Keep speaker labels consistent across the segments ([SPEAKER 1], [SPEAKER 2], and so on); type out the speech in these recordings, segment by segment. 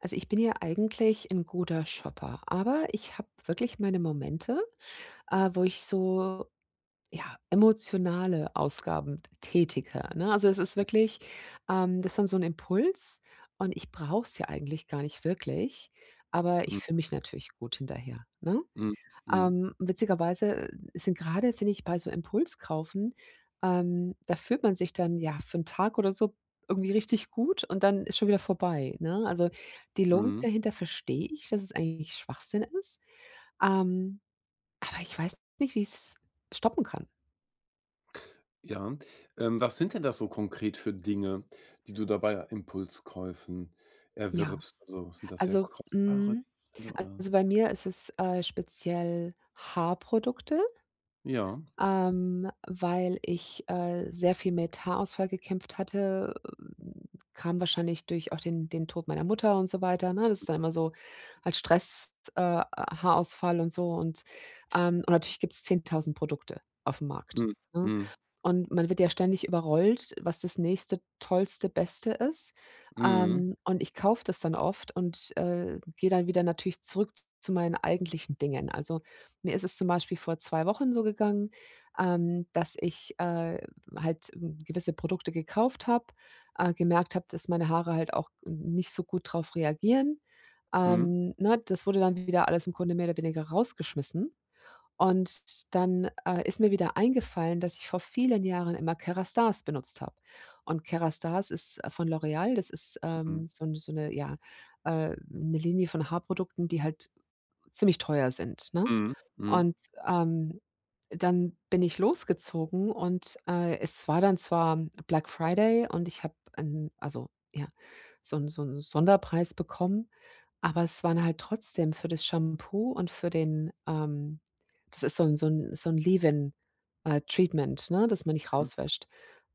[SPEAKER 1] Also, ich bin ja eigentlich ein guter Shopper, aber ich habe wirklich meine Momente, wo ich so, ja, emotionale Ausgaben tätige, ne? Also, es ist wirklich, das ist dann so ein Impuls und ich brauche es ja eigentlich gar nicht wirklich, aber ich
[SPEAKER 2] Mhm,
[SPEAKER 1] fühle mich natürlich gut hinterher, ne?
[SPEAKER 2] mhm, mhm,
[SPEAKER 1] Witzigerweise sind gerade, finde ich, bei so Impulskaufen da fühlt man sich dann, ja, für einen Tag oder so irgendwie richtig gut und dann ist schon wieder vorbei, ne? Also, die Logik
[SPEAKER 2] mhm,
[SPEAKER 1] dahinter verstehe ich, dass es eigentlich Schwachsinn ist, ähm, aber ich weiß nicht, wie ich es stoppen kann.
[SPEAKER 2] ja. Was sind denn das so konkret für Dinge, die du da bei Impulskäufen
[SPEAKER 1] Ja,
[SPEAKER 2] erwirbst? Also, sind das sehr
[SPEAKER 1] also,
[SPEAKER 2] kostbare Gegenstände oder
[SPEAKER 1] also, bei mir ist es, speziell Haarprodukte.
[SPEAKER 2] ja.
[SPEAKER 1] Weil ich, sehr viel mit Haarausfall gekämpft hatte, kam wahrscheinlich durch auch den Tod meiner Mutter und so weiter, ne? Das ist dann immer so als Stress, Haarausfall und so und natürlich gibt's 10.000 Produkte auf dem Markt,
[SPEAKER 2] Mhm,
[SPEAKER 1] ne?
[SPEAKER 2] mhm,
[SPEAKER 1] Und man wird ja ständig überrollt, was das nächste Tollste, Beste ist.
[SPEAKER 2] mhm,
[SPEAKER 1] Und ich kaufe das dann oft und, gehe dann wieder natürlich zurück zu meinen eigentlichen Dingen. Also, mir ist es zum Beispiel vor 2 Wochen so gegangen, dass ich, halt, gewisse Produkte gekauft habe, gemerkt habe, dass meine Haare halt auch nicht so gut drauf reagieren.
[SPEAKER 2] mhm,
[SPEAKER 1] Ne, das wurde dann wieder alles im Grunde mehr oder weniger rausgeschmissen. Und dann, ist mir wieder eingefallen, dass ich vor vielen Jahren immer Kerastase benutzt habe. Und Kerastase ist, von L'Oréal. Das ist,
[SPEAKER 2] mhm,
[SPEAKER 1] so 'ne, ja, 'ne Linie von Haarprodukten, die halt ziemlich teuer sind, ne?
[SPEAKER 2] mhm, mhm,
[SPEAKER 1] Und, ähm, dann bin ich losgezogen und, es war dann zwar Black Friday und ich habe 'n also, ja, so 'n Sonderpreis bekommen, aber es waren halt trotzdem für das Shampoo und für den, das ist so 'n Leave-in, Treatment, ne, das man nicht
[SPEAKER 2] mhm,
[SPEAKER 1] rauswäscht.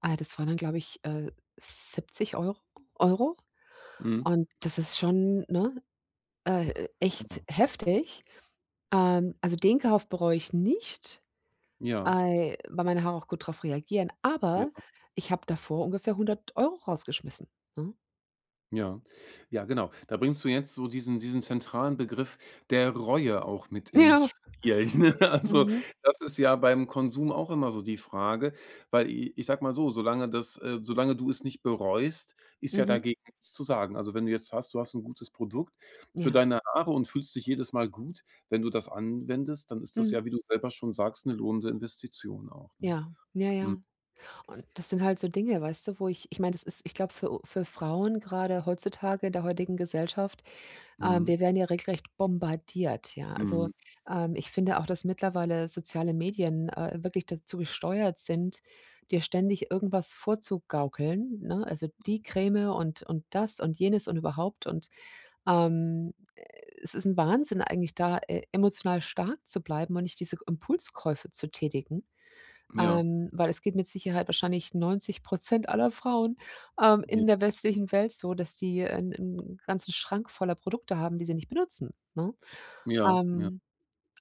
[SPEAKER 1] Ah, das waren dann, glaube ich, 70 Euro
[SPEAKER 2] mhm,
[SPEAKER 1] und das ist schon, ne,
[SPEAKER 2] ja,
[SPEAKER 1] echt heftig. Also, den Kauf bereue ich nicht,
[SPEAKER 2] ja.
[SPEAKER 1] ei weil meine Haare auch gut drauf reagieren,
[SPEAKER 2] Ja.
[SPEAKER 1] aber ich habe davor ungefähr 100 Euro rausgeschmissen, ne?
[SPEAKER 2] Ja. Ja, genau. Da bringst du jetzt so diesen zentralen Begriff der Reue auch mit ins
[SPEAKER 1] Ja.
[SPEAKER 2] Spiel, ne? Also,
[SPEAKER 1] Mhm.
[SPEAKER 2] das ist ja beim Konsum auch immer so die Frage, weil i ich sag mal so, solange du es nicht bereust, ist ja
[SPEAKER 1] Mhm.
[SPEAKER 2] dagegen nichts zu sagen. Also, wenn du hast ein gutes Produkt für
[SPEAKER 1] Ja.
[SPEAKER 2] deine Haare und fühlst dich jedes Mal gut, wenn du das anwendest, dann ist das
[SPEAKER 1] Mhm.
[SPEAKER 2] ja, wie du selber schon sagst, eine lohnende Investition auch, ne?
[SPEAKER 1] Ja. Ja,
[SPEAKER 2] Mhm.
[SPEAKER 1] ja. Und das sind halt so Dinge, weißt du, wo ich meine, das ist, ich glaube, für Frauen gerade heutzutage in der heutigen Gesellschaft,
[SPEAKER 2] Mhm.
[SPEAKER 1] wir werden ja regelrecht bombardiert, ja. Also,
[SPEAKER 2] Mhm.
[SPEAKER 1] ich finde auch, dass mittlerweile soziale Medien, wirklich dazu gesteuert sind, dir ständig irgendwas vorzugaukeln, ne? Also, die Creme und das und jenes und überhaupt ähm, äh, es ist ein Wahnsinn eigentlich, da, emotional stark zu bleiben und nicht diese Impulskäufe zu tätigen.
[SPEAKER 2] Ja,
[SPEAKER 1] Weil es geht mit Sicherheit wahrscheinlich 90 aller Frauen, in der westlichen Welt so, dass die einen ganzen Schrank voller Produkte haben, die sie nicht benutzen, ne?
[SPEAKER 2] ja, ja. Ja.
[SPEAKER 1] Ähm,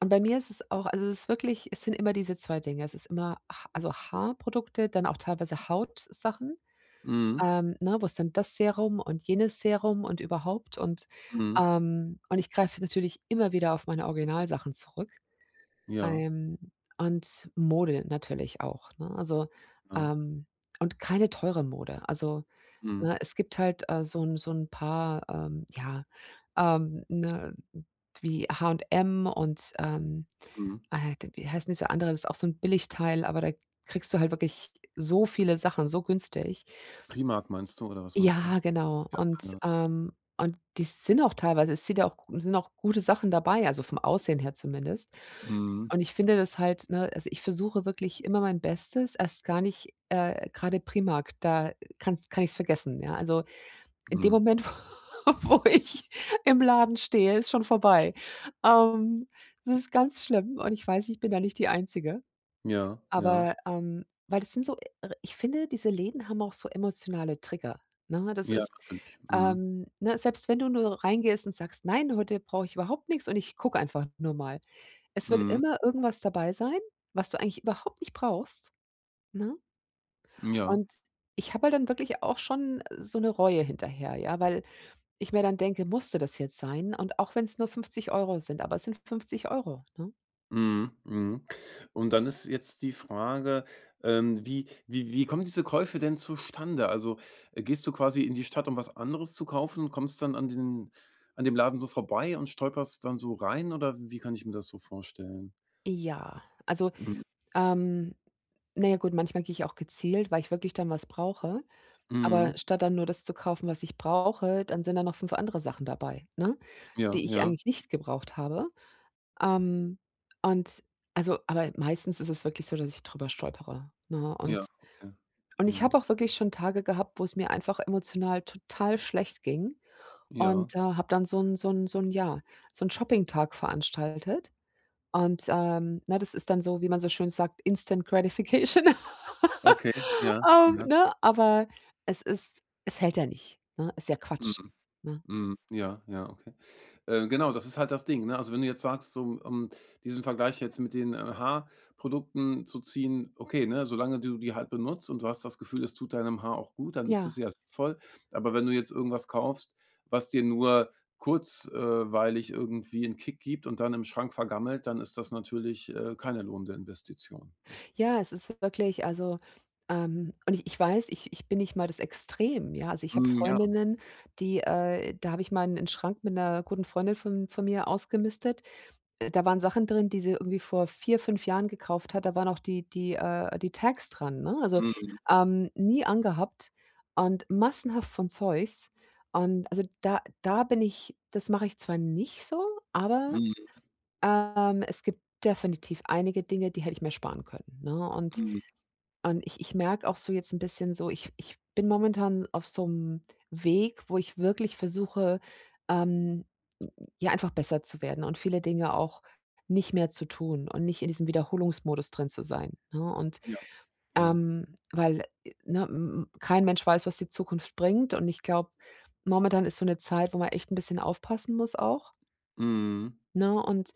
[SPEAKER 1] und bei mir ist es auch, also, es ist wirklich, es sind immer diese 2 Dinge. Es ist immer ha also, Haarprodukte, dann auch teilweise Hautsachen,
[SPEAKER 2] Mhm.
[SPEAKER 1] ne? Wo ist denn das Serum und jenes Serum und überhaupt
[SPEAKER 2] Mhm.
[SPEAKER 1] und ich greife natürlich immer wieder auf meine Originalsachen zurück.
[SPEAKER 2] Ja.
[SPEAKER 1] Ähm, und Mode natürlich auch, ne? Also,
[SPEAKER 2] Ja.
[SPEAKER 1] ähm und keine teure Mode. Also,
[SPEAKER 2] Mhm.
[SPEAKER 1] ne, es gibt halt, so 'n paar, ja, ne, wie H&M und M und
[SPEAKER 2] Mhm.
[SPEAKER 1] d wie heißt denn diese andere? Das ist auch so ein Billigteil, aber da kriegst du halt wirklich so viele Sachen so günstig.
[SPEAKER 2] Primark meinst du oder was meinst du?
[SPEAKER 1] Ja, genau.
[SPEAKER 2] Ja.
[SPEAKER 1] Und die sind auch teilweise, es sind ja auch gu sind auch gute Sachen dabei, also vom Aussehen her zumindest.
[SPEAKER 2] Mhm.
[SPEAKER 1] Und ich finde das halt, ne, also ich versuche wirklich immer mein Bestes, erst gar nicht, grade Primark, da kann ich es vergessen, ja. Also, in dem
[SPEAKER 2] Mhm.
[SPEAKER 1] Moment, wo ich im Laden stehe, ist schon vorbei. Ähm, Das ist ganz schlimm und ich weiß, ich bin da nicht die Einzige,
[SPEAKER 2] Ja, ja.
[SPEAKER 1] aber, weil das sind so, ich finde, diese Läden haben auch so emotionale Trigger, ne? Das
[SPEAKER 2] Ja,
[SPEAKER 1] ist,
[SPEAKER 2] natürlich. Mhm.
[SPEAKER 1] ne, selbst wenn du nur reingehst und sagst: „Nein, heute brauche ich überhaupt nichts und ich gucke einfach nur mal.“ Es wird
[SPEAKER 2] Mhm.
[SPEAKER 1] immer irgendwas dabei sein, was du eigentlich überhaupt nicht brauchst, ne?
[SPEAKER 2] Ja.
[SPEAKER 1] Und ich habe halt dann wirklich auch schon so eine Reue hinterher, ja, weil ich mir dann denke: „Musste das jetzt sein?“ Und auch wenn es nur 50 Euro sind, aber es sind 50 Euro, ne?
[SPEAKER 2] Mhm. Mhm. Und dann ist jetzt die Frage, wie kommen diese Käufe denn zustande? Also, gehst du quasi in die Stadt, um was anderes zu kaufen und kommst dann an den an dem Laden so vorbei und stolperst dann so rein oder wie kann ich mir das so vorstellen?
[SPEAKER 1] Ja, also,
[SPEAKER 2] Mhm.
[SPEAKER 1] ähm, na ja gut, manchmal gehe ich auch gezielt, weil ich wirklich dann was brauche, aber
[SPEAKER 2] Mhm.
[SPEAKER 1] statt dann nur das zu kaufen, was ich brauche, dann sind da noch 5 andere Sachen dabei, ne?
[SPEAKER 2] Ja,
[SPEAKER 1] Die ich
[SPEAKER 2] ja.
[SPEAKER 1] eigentlich nicht gebraucht habe. Ähm, und also, aber meistens ist es wirklich so, dass ich drüber stolpere, ne?
[SPEAKER 2] Ja,
[SPEAKER 1] Und
[SPEAKER 2] okay.
[SPEAKER 1] und ich
[SPEAKER 2] Ja.
[SPEAKER 1] habe auch wirklich schon Tage gehabt, wo es mir einfach emotional total schlecht ging
[SPEAKER 2] Ja.
[SPEAKER 1] und, habe dann so ein Shopping-Tag veranstaltet. Und, ne, das ist dann so, wie man so schön sagt, Instant Gratification.
[SPEAKER 2] Okay, ja, ja.
[SPEAKER 1] Ne, aber es hält ja nicht, ne? Ist ja
[SPEAKER 2] Mhm,
[SPEAKER 1] Quatsch, ne?
[SPEAKER 2] mhm. Ja, ja, okay. Genau, das ist halt das Ding, ne? Also, wenn du jetzt sagst, so, um diesen Vergleich jetzt mit den, Haarprodukten zu ziehen, okay, ne, solange du die halt benutzt und du hast das Gefühl, es tut deinem Haar auch gut, dann ist das
[SPEAKER 1] Ja.
[SPEAKER 2] ja sinnvoll. Aber wenn du jetzt irgendwas kaufst, was dir nur kurz weilig irgendwie einen Kick gibt und dann im Schrank vergammelt, dann ist das natürlich, keine lohnende Investition, ne?
[SPEAKER 1] Ja, es ist wirklich, also, und ich weiß, ich bin nicht mal das Extrem, ja? Also, ich habe
[SPEAKER 2] Mhm, ja.
[SPEAKER 1] Freundinnen, die, da habe ich mal einen Schrank mit einer guten Freundin von mir ausgemistet. Da waren Sachen drin, die sie irgendwie vor 4 5 Jahren gekauft hat. Da waren auch die Tags dran, ne? Also,
[SPEAKER 2] Mhm,
[SPEAKER 1] nie angehabt und massenhaft von Zeugs. Und also, da bin ich, das mache ich zwar nicht so, aber,
[SPEAKER 2] mhm,
[SPEAKER 1] es gibt definitiv einige Dinge, die hätte ich mir sparen können, ne? Und
[SPEAKER 2] mhm.
[SPEAKER 1] und ich merke auch so jetzt ein bisschen so, ich bin momentan auf so einem Weg, wo ich wirklich versuche, ähm, ja, einfach besser zu werden und viele Dinge auch nicht mehr zu tun und nicht in diesem Wiederholungsmodus drin zu sein, ne? Und,
[SPEAKER 2] Ja, ja.
[SPEAKER 1] weil, ne, m kein Mensch weiß, was die Zukunft bringt und ich glaube, momentan ist so eine Zeit, wo man echt ein bisschen aufpassen muss auch.
[SPEAKER 2] Mhm,
[SPEAKER 1] Ne,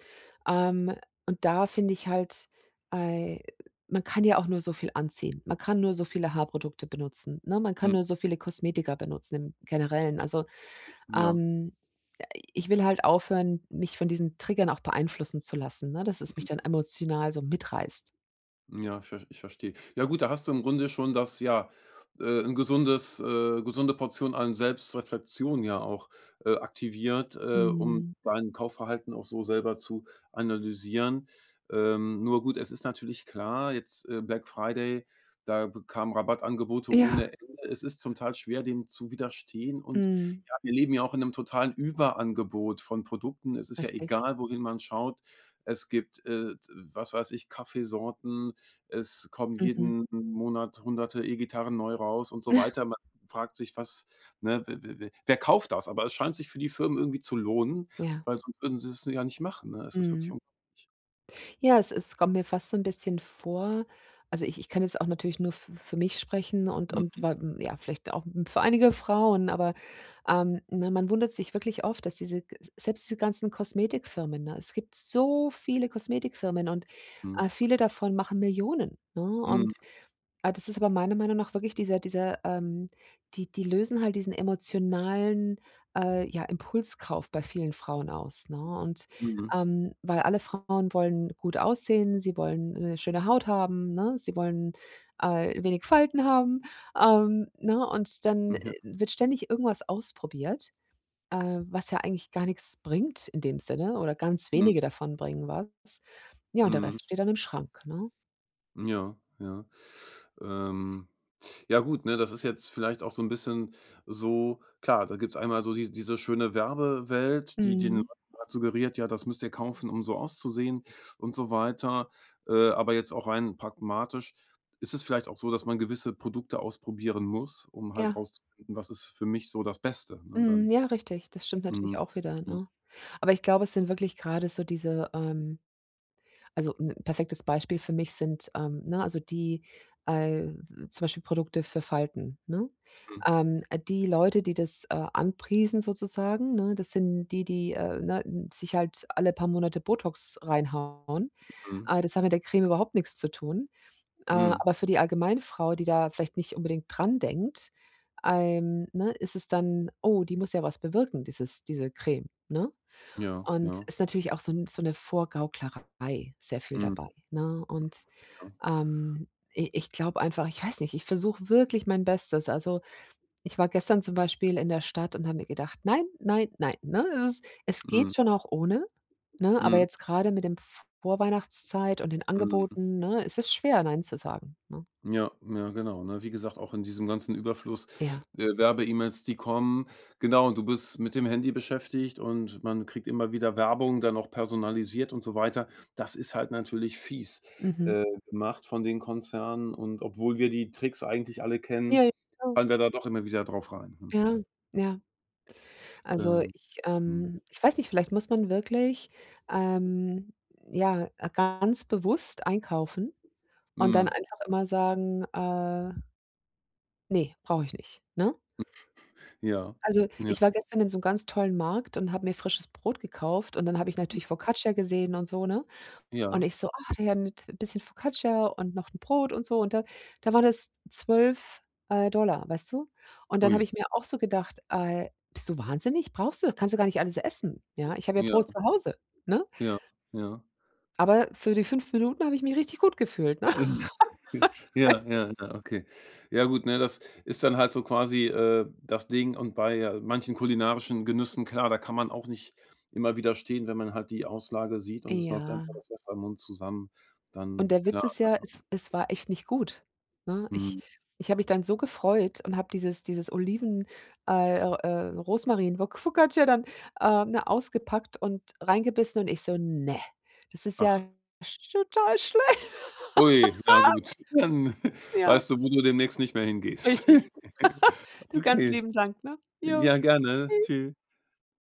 [SPEAKER 1] ähm und da finde ich halt, äh, man kann ja auch nur so viel anziehen. Man kann nur so viele Haarprodukte benutzen, ne? Man kann
[SPEAKER 2] mhm,
[SPEAKER 1] nur so viele Kosmetika benutzen im Generellen. Also,
[SPEAKER 2] ja.
[SPEAKER 1] ähm, ich will halt aufhören, mich von diesen Triggern auch beeinflussen zu lassen, ne, dass es mich dann emotional so mitreißt.
[SPEAKER 2] Ja, ich verstehe. Ja gut, da hast du im Grunde schon das ja, 'n gesunde Portion an Selbstreflexion ja auch, aktiviert, um
[SPEAKER 1] Mhm.
[SPEAKER 2] dein Kaufverhalten auch so selber zu analysieren. Nur gut, es ist natürlich klar, jetzt, Black Friday, da b kamen Rabattangebote
[SPEAKER 1] Ja,
[SPEAKER 2] ohne Ende. Es ist zum Teil schwer, dem zu widerstehen und
[SPEAKER 1] mhm.
[SPEAKER 2] ja, wir leben ja auch in einem totalen Überangebot von Produkten. Es ist ja
[SPEAKER 1] Richtig.
[SPEAKER 2] egal, wohin man schaut. Es gibt, was weiß ich, Kaffeesorten, es kommen
[SPEAKER 1] Mhm.
[SPEAKER 2] jeden Monat hunderte E-Gitarren neu raus und so weiter. Man fragt sich, was ne, we we we wer kauft das? Aber es scheint sich für die Firmen irgendwie zu lohnen,
[SPEAKER 1] Ja.
[SPEAKER 2] weil sonst würden sie es ja nicht machen, ne? Es ist wirklich
[SPEAKER 1] Mhm.
[SPEAKER 2] unglaublich.
[SPEAKER 1] Ja, es kommt mir fast so ein bisschen vor, also, ich kann jetzt auch natürlich nur f für mich sprechen
[SPEAKER 2] Mhm.
[SPEAKER 1] ja, vielleicht auch für einige Frauen, aber, ne, man wundert sich wirklich oft, dass diese g selbst diese ganzen Kosmetikfirmen, ne? Es gibt so viele Kosmetikfirmen und,
[SPEAKER 2] Mhm.
[SPEAKER 1] viele davon machen Millionen, ne?
[SPEAKER 2] Mhm.
[SPEAKER 1] Und, das ist aber meiner Meinung nach wirklich die die lösen halt diesen emotionalen, ja, Impulskauf bei vielen Frauen aus, ne? Und
[SPEAKER 2] Mhm.
[SPEAKER 1] weil alle Frauen wollen gut aussehen, sie wollen 'ne schöne Haut haben, ne? Sie wollen, wenig Falten haben, ne? Und dann, wird ständig irgendwas ausprobiert, was ja eigentlich gar nichts bringt in dem Sinne oder ganz
[SPEAKER 2] Mhm.
[SPEAKER 1] wenige davon bringen was. Ja, und der
[SPEAKER 2] Mhm.
[SPEAKER 1] Rest steht dann im Schrank, ne?
[SPEAKER 2] Ja, ja. Ähm Ja gut, ne, das ist jetzt vielleicht auch so ein bisschen so klar, da gibt's einmal so diese schöne Werbewelt, die den
[SPEAKER 1] Mhm.
[SPEAKER 2] Leuten halt suggeriert: „Ja, das müsst ihr kaufen, um so auszusehen" und so weiter. Aber jetzt auch rein pragmatisch ist es vielleicht auch so, dass man gewisse Produkte ausprobieren muss, um halt
[SPEAKER 1] Ja.
[SPEAKER 2] rauszufinden, was ist für mich so das Beste, ne,
[SPEAKER 1] Mhm.
[SPEAKER 2] dann.
[SPEAKER 1] Ja, richtig. Das stimmt
[SPEAKER 2] Mhm.
[SPEAKER 1] natürlich auch wieder,
[SPEAKER 2] Mhm.
[SPEAKER 1] ne? Aber ich glaube, es sind wirklich gerade so diese, also ein perfektes Beispiel für mich sind, ne, also die, äh, zum Beispiel Produkte für Falten, ne?
[SPEAKER 2] Mhm.
[SPEAKER 1] Die Leute, die das, anpriesen sozusagen, ne, das sind die, die, ne, sich halt alle paar Monate Botox reinhauen.
[SPEAKER 2] Mhm.
[SPEAKER 1] Das hat mit der Creme überhaupt nichts zu tun. Äh,
[SPEAKER 2] Mhm.
[SPEAKER 1] aber für die Allgemeinfrau, die da vielleicht nicht unbedingt dran denkt, ne, ist es dann: „Oh, die muss ja was bewirken, dieses diese Creme“, ne?
[SPEAKER 2] Ja,
[SPEAKER 1] Und
[SPEAKER 2] ja.
[SPEAKER 1] ist natürlich auch so 'n Vorgauklerei sehr viel dabei,
[SPEAKER 2] Mhm.
[SPEAKER 1] ne? Und,
[SPEAKER 2] Ja.
[SPEAKER 1] ähm, i ich glaube einfach, ich weiß nicht, ich versuche wirklich mein Bestes. Also, ich war gestern zum Beispiel in der Stadt und habe mir gedacht: „Nein, nein, nein“, ne? Es ist, es geht
[SPEAKER 2] Mhm.
[SPEAKER 1] schon auch ohne, ne? Aber
[SPEAKER 2] Mhm.
[SPEAKER 1] jetzt grade mit dem Vorweihnachtszeit und den
[SPEAKER 2] Mhm.
[SPEAKER 1] Angeboten, ne, ist es schwer, nein zu sagen, ne?
[SPEAKER 2] Ja, ja, genau, ne? Wie gesagt, auch in diesem ganzen Überfluss,
[SPEAKER 1] Ja.
[SPEAKER 2] Werbe-E-Mails, die kommen. Genau, und du bist mit dem Handy beschäftigt und man kriegt immer wieder Werbung, dann auch personalisiert und so weiter. Das ist halt natürlich fies,
[SPEAKER 1] Mhm.
[SPEAKER 2] äh, gemacht von den Konzernen und obwohl wir die Tricks eigentlich alle kennen,
[SPEAKER 1] Ja, ja, genau.
[SPEAKER 2] fallen wir da doch immer wieder drauf rein, ne?
[SPEAKER 1] Ja, ja. Also,
[SPEAKER 2] Ähm, mhm.
[SPEAKER 1] ich weiß nicht, vielleicht muss man wirklich, ähm, ja, ganz bewusst einkaufen und dann
[SPEAKER 2] Mhm.
[SPEAKER 1] einfach immer sagen: ne, brauche ich nicht“, ne?
[SPEAKER 2] Ja,
[SPEAKER 1] Also,
[SPEAKER 2] ja,
[SPEAKER 1] ich war gestern in so einem ganz tollen Markt und habe mir frisches Brot gekauft und dann habe ich natürlich Focaccia gesehen und so, ne? Und
[SPEAKER 2] ja.
[SPEAKER 1] ich so: „Ach, ja, ein bisschen Focaccia und noch 'n Brot und so“, und da war das 12 Dollar, weißt du? Und dann habe
[SPEAKER 2] Ui,
[SPEAKER 1] ich mir auch so gedacht: bist du wahnsinnig? Brauchst du, kannst du gar nicht alles essen, ja? Ich habe ja
[SPEAKER 2] ja,
[SPEAKER 1] Brot zu Hause“, ne?
[SPEAKER 2] ja, ja.
[SPEAKER 1] Aber für die 5 Minuten habe ich mich richtig gut gefühlt, ne?
[SPEAKER 2] Ja, ja, ja, ja, okay. Ja gut, ne, das ist dann halt so quasi, das Ding und bei, manchen kulinarischen Genüssen, klar, da kann man auch nicht immer widerstehen, wenn man halt die Auslage sieht und es läuft einfach
[SPEAKER 1] Ja.
[SPEAKER 2] das Wasser im Mund zusammen,
[SPEAKER 1] Und
[SPEAKER 2] dann
[SPEAKER 1] der
[SPEAKER 2] klar.
[SPEAKER 1] Witz ist ja, es war echt nicht gut, ne? Ich
[SPEAKER 2] Mhm.
[SPEAKER 1] ich habe mich dann so gefreut und habe dieses Oliven Rosmarin Fo Focaccia dann, ne, ausgepackt und reingebissen und ich so: „Ne, das ist
[SPEAKER 2] Ach,
[SPEAKER 1] ja sch total schlecht.“
[SPEAKER 2] ui, ja gut, dann
[SPEAKER 1] Ja,
[SPEAKER 2] weißt du, wo du demnächst nicht mehr hingehst.
[SPEAKER 1] richtig. Du, ganz
[SPEAKER 2] Okay.
[SPEAKER 1] lieben Dank, ne? Jo.
[SPEAKER 2] Ja, gerne. Tschü